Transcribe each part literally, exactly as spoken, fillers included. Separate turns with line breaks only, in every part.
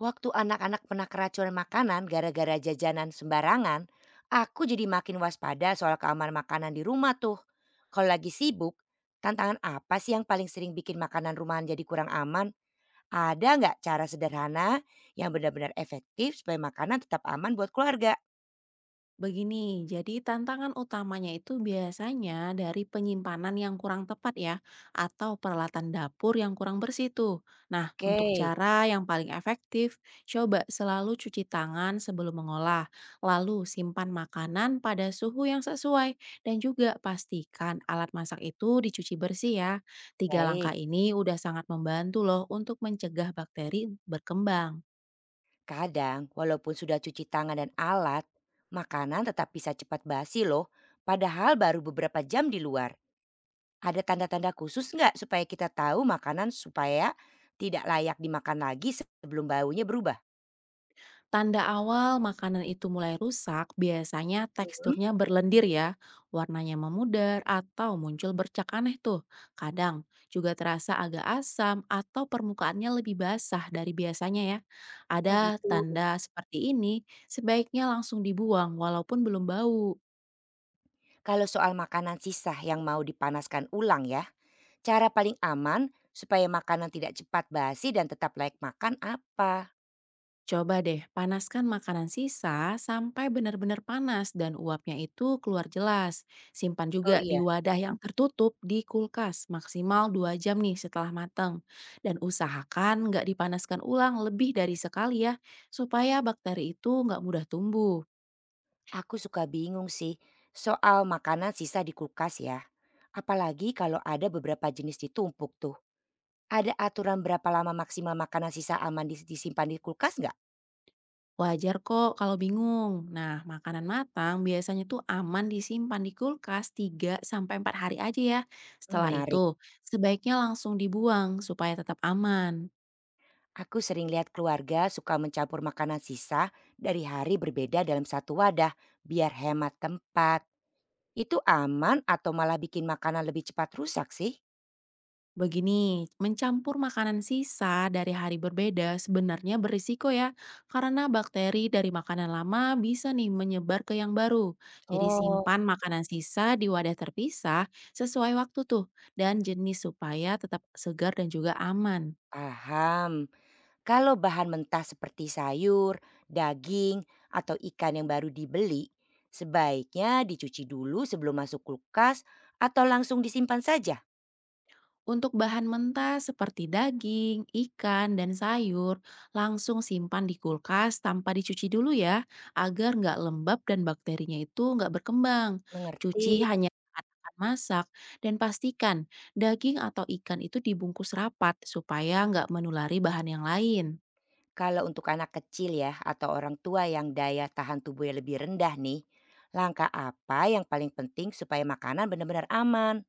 Waktu anak-anak pernah keracunan makanan gara-gara jajanan sembarangan, aku jadi makin waspada soal keamanan makanan di rumah tuh. Kalau lagi sibuk, tantangan apa sih yang paling sering bikin makanan rumahan jadi kurang aman? Ada nggak cara sederhana yang benar-benar efektif supaya makanan tetap aman buat keluarga?
Begini, jadi tantangan utamanya itu biasanya dari penyimpanan yang kurang tepat ya, atau peralatan dapur yang kurang bersih tuh. Nah,
Oke,
untuk cara yang paling efektif, coba selalu cuci tangan sebelum mengolah, lalu simpan makanan pada suhu yang sesuai, dan juga pastikan alat masak itu dicuci bersih ya. Tiga langkah
baik.
ini udah sangat membantu loh untuk mencegah bakteri berkembang.
Kadang, walaupun sudah cuci tangan dan alat, makanan tetap bisa cepat basi loh, padahal baru beberapa jam di luar. Ada tanda-tanda khusus nggak supaya kita tahu makanan supaya tidak layak dimakan lagi sebelum baunya berubah?
Tanda awal makanan itu mulai rusak biasanya
Mhm.
teksturnya berlendir ya, warnanya memudar atau muncul bercak aneh tuh. Kadang juga terasa agak asam atau permukaannya lebih basah dari biasanya ya.
Oh
Ada
gitu.
tanda seperti ini sebaiknya langsung dibuang walaupun belum bau.
Kalau soal makanan sisa yang mau dipanaskan ulang ya, cara paling aman supaya makanan tidak cepat basi dan tetap layak makan apa?
Coba deh panaskan makanan sisa sampai benar-benar panas dan uapnya itu keluar jelas. Simpan
Oh
juga di
iya,
wadah yang tertutup di kulkas maksimal dua jam nih setelah matang. Dan usahakan nggak dipanaskan ulang lebih dari sekali ya, supaya bakteri itu nggak mudah tumbuh.
aku suka bingung sih soal makanan sisa di kulkas ya. Apalagi kalau ada beberapa jenis ditumpuk tuh. Ada aturan berapa lama maksimal makanan sisa aman dis- disimpan di kulkas nggak?
Wajar kok kalau bingung. Nah, makanan matang biasanya tuh aman disimpan di kulkas tiga sampai empat hari aja ya.
Hmm,
Setelah
menarik.
itu, sebaiknya langsung dibuang supaya tetap aman.
Aku sering lihat keluarga suka mencampur makanan sisa dari hari berbeda dalam satu wadah biar hemat tempat. Itu aman atau malah bikin makanan lebih cepat rusak sih?
Begini, mencampur makanan sisa dari hari berbeda sebenarnya berisiko ya, karena bakteri dari makanan lama bisa nih menyebar ke yang baru. Jadi
Oh,
simpan makanan sisa di wadah terpisah sesuai waktu tuh dan jenis supaya tetap segar dan juga aman.
paham. Kalau bahan mentah seperti sayur, daging, atau ikan yang baru dibeli, sebaiknya dicuci dulu sebelum masuk kulkas atau langsung disimpan saja.
Untuk bahan mentah seperti daging, ikan, dan sayur, langsung simpan di kulkas tanpa dicuci dulu ya, agar nggak lembab dan bakterinya itu nggak berkembang.
Mengerti.
Cuci hanya saat akan masak, dan pastikan daging atau ikan itu dibungkus rapat supaya nggak menulari bahan yang lain.
Kalau untuk anak kecil ya atau orang tua yang daya tahan tubuhnya lebih rendah nih, langkah apa yang paling penting supaya makanan benar-benar aman?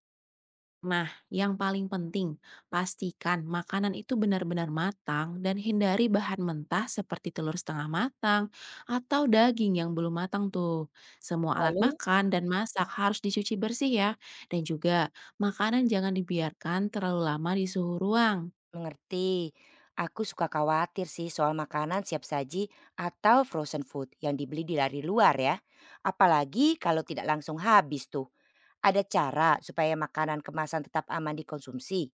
Nah, yang paling penting, pastikan makanan itu benar-benar matang dan hindari bahan mentah seperti telur setengah matang atau daging yang belum matang tuh. Semua alat
Lalu,
makan dan masak harus dicuci bersih ya. Dan juga, makanan jangan dibiarkan terlalu lama di suhu ruang.
mengerti. Aku suka khawatir sih soal makanan siap saji atau frozen food yang dibeli di lari luar ya. Apalagi kalau tidak langsung habis tuh. Ada cara supaya makanan kemasan tetap aman dikonsumsi?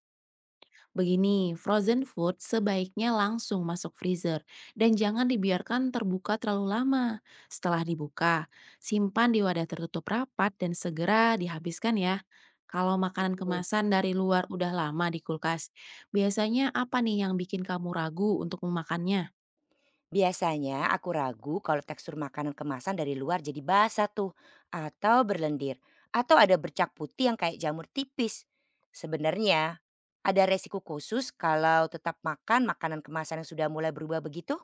Begini, frozen food sebaiknya langsung masuk freezer dan jangan dibiarkan terbuka terlalu lama. Setelah dibuka, simpan di wadah tertutup rapat dan segera dihabiskan ya. Kalau makanan
Setuju.
kemasan dari luar udah lama di kulkas, biasanya apa nih yang bikin kamu ragu untuk memakannya?
Biasanya aku ragu kalau tekstur makanan kemasan dari luar jadi basah tuh atau berlendir atau ada bercak putih yang kayak jamur tipis. Sebenarnya ada resiko khusus kalau tetap makan makanan kemasan yang sudah mulai berubah begitu?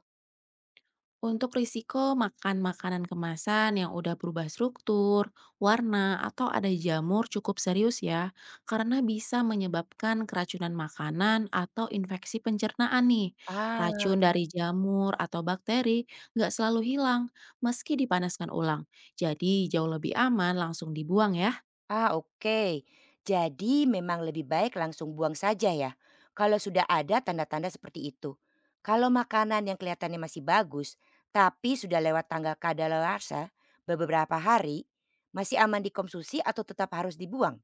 Untuk risiko makan makanan kemasan yang udah berubah struktur, warna, atau ada jamur cukup serius ya, karena bisa menyebabkan keracunan makanan atau infeksi pencernaan nih.
Ah.
Racun dari jamur atau bakteri nggak selalu hilang meski dipanaskan ulang, jadi jauh lebih aman langsung dibuang ya.
Ah, oke. Jadi memang lebih baik langsung buang saja ya. Kalau sudah ada tanda-tanda seperti itu. Kalau makanan yang kelihatannya masih bagus, tapi sudah lewat tanggal kadaluarsa beberapa hari, masih aman dikonsumsi atau tetap harus dibuang?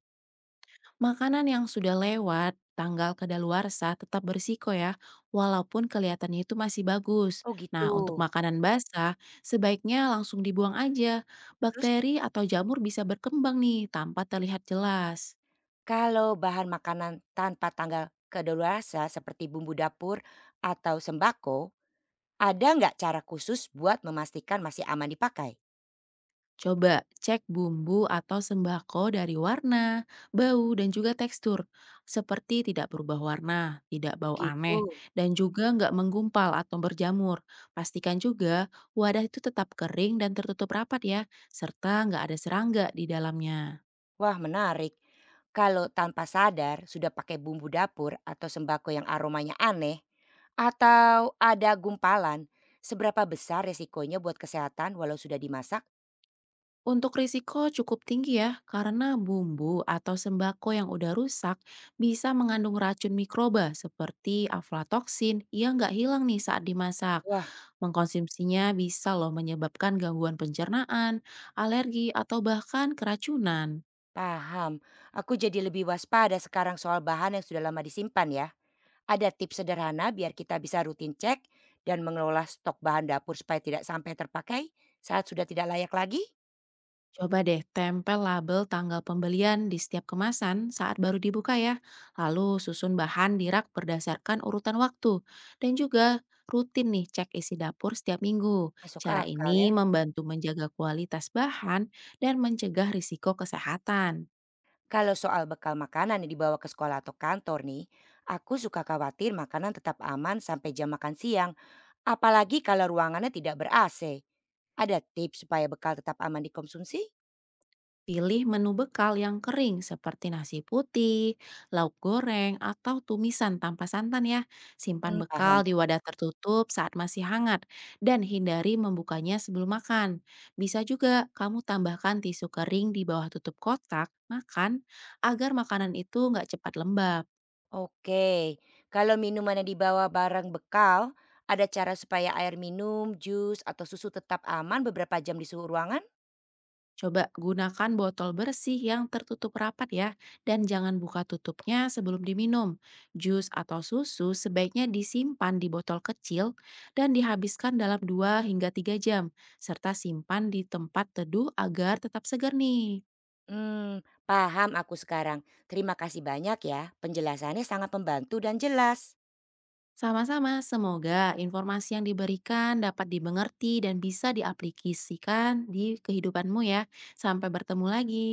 Makanan yang sudah lewat tanggal kedaluarsa tetap berisiko ya, walaupun kelihatannya itu masih bagus.
Oh gitu.
Nah, untuk makanan basah, sebaiknya langsung dibuang aja.
Terus
Bakteri atau jamur bisa berkembang nih tanpa terlihat jelas.
kalau bahan makanan tanpa tanggal kadaluarsa seperti bumbu dapur atau sembako, ada nggak cara khusus buat memastikan masih aman dipakai?
Coba cek bumbu atau sembako dari warna, bau, dan juga tekstur. Seperti tidak berubah warna, tidak bau
Begitu.
aneh, dan juga nggak menggumpal atau berjamur. Pastikan juga wadah itu tetap kering dan tertutup rapat ya, serta nggak ada serangga di dalamnya.
Wah menarik. Kalau tanpa sadar sudah pakai bumbu dapur atau sembako yang aromanya aneh, atau ada gumpalan, seberapa besar resikonya buat kesehatan walau sudah dimasak?
Untuk risiko cukup tinggi ya, karena bumbu atau sembako yang udah rusak bisa mengandung racun mikroba seperti aflatoksin yang nggak hilang nih saat dimasak.
Wah,
Mengkonsumsinya bisa loh menyebabkan gangguan pencernaan, alergi, atau bahkan keracunan.
paham. Aku jadi lebih waspada sekarang soal bahan yang sudah lama disimpan ya. Ada tips sederhana biar kita bisa rutin cek dan mengelola stok bahan dapur supaya tidak sampai terpakai saat sudah tidak layak lagi?
Coba deh tempel label tanggal pembelian di setiap kemasan saat baru dibuka ya. Lalu susun bahan di rak berdasarkan urutan waktu. Dan juga rutin nih cek isi dapur setiap minggu.
Masuk
Cara
akal ya.
ini membantu menjaga kualitas bahan dan mencegah risiko kesehatan.
Kalau soal bekal makanan yang dibawa ke sekolah atau kantor nih, aku suka khawatir makanan tetap aman sampai jam makan siang, apalagi kalau ruangannya tidak ber-A C. Ada tips supaya bekal tetap aman dikonsumsi?
Pilih menu bekal yang kering seperti nasi putih, lauk goreng, atau tumisan tanpa santan ya. Simpan
Hmm,
bekal
paham.
di wadah tertutup saat masih hangat dan hindari membukanya sebelum makan. Bisa juga kamu tambahkan tisu kering di bawah tutup kotak makan agar makanan itu nggak cepat lembab.
Oke, kalau minuman yang dibawa barang bekal, ada cara supaya air minum, jus, atau susu tetap aman beberapa jam di suhu ruangan?
Coba gunakan botol bersih yang tertutup rapat ya, dan jangan buka tutupnya sebelum diminum. Jus atau susu sebaiknya disimpan di botol kecil dan dihabiskan dalam dua hingga tiga jam, serta simpan di tempat teduh agar tetap segar nih.
Hmm, paham aku sekarang. Terima kasih banyak ya, penjelasannya sangat membantu dan jelas.
Sama-sama, semoga informasi yang diberikan dapat dimengerti dan bisa diaplikasikan di kehidupanmu ya. Sampai bertemu lagi.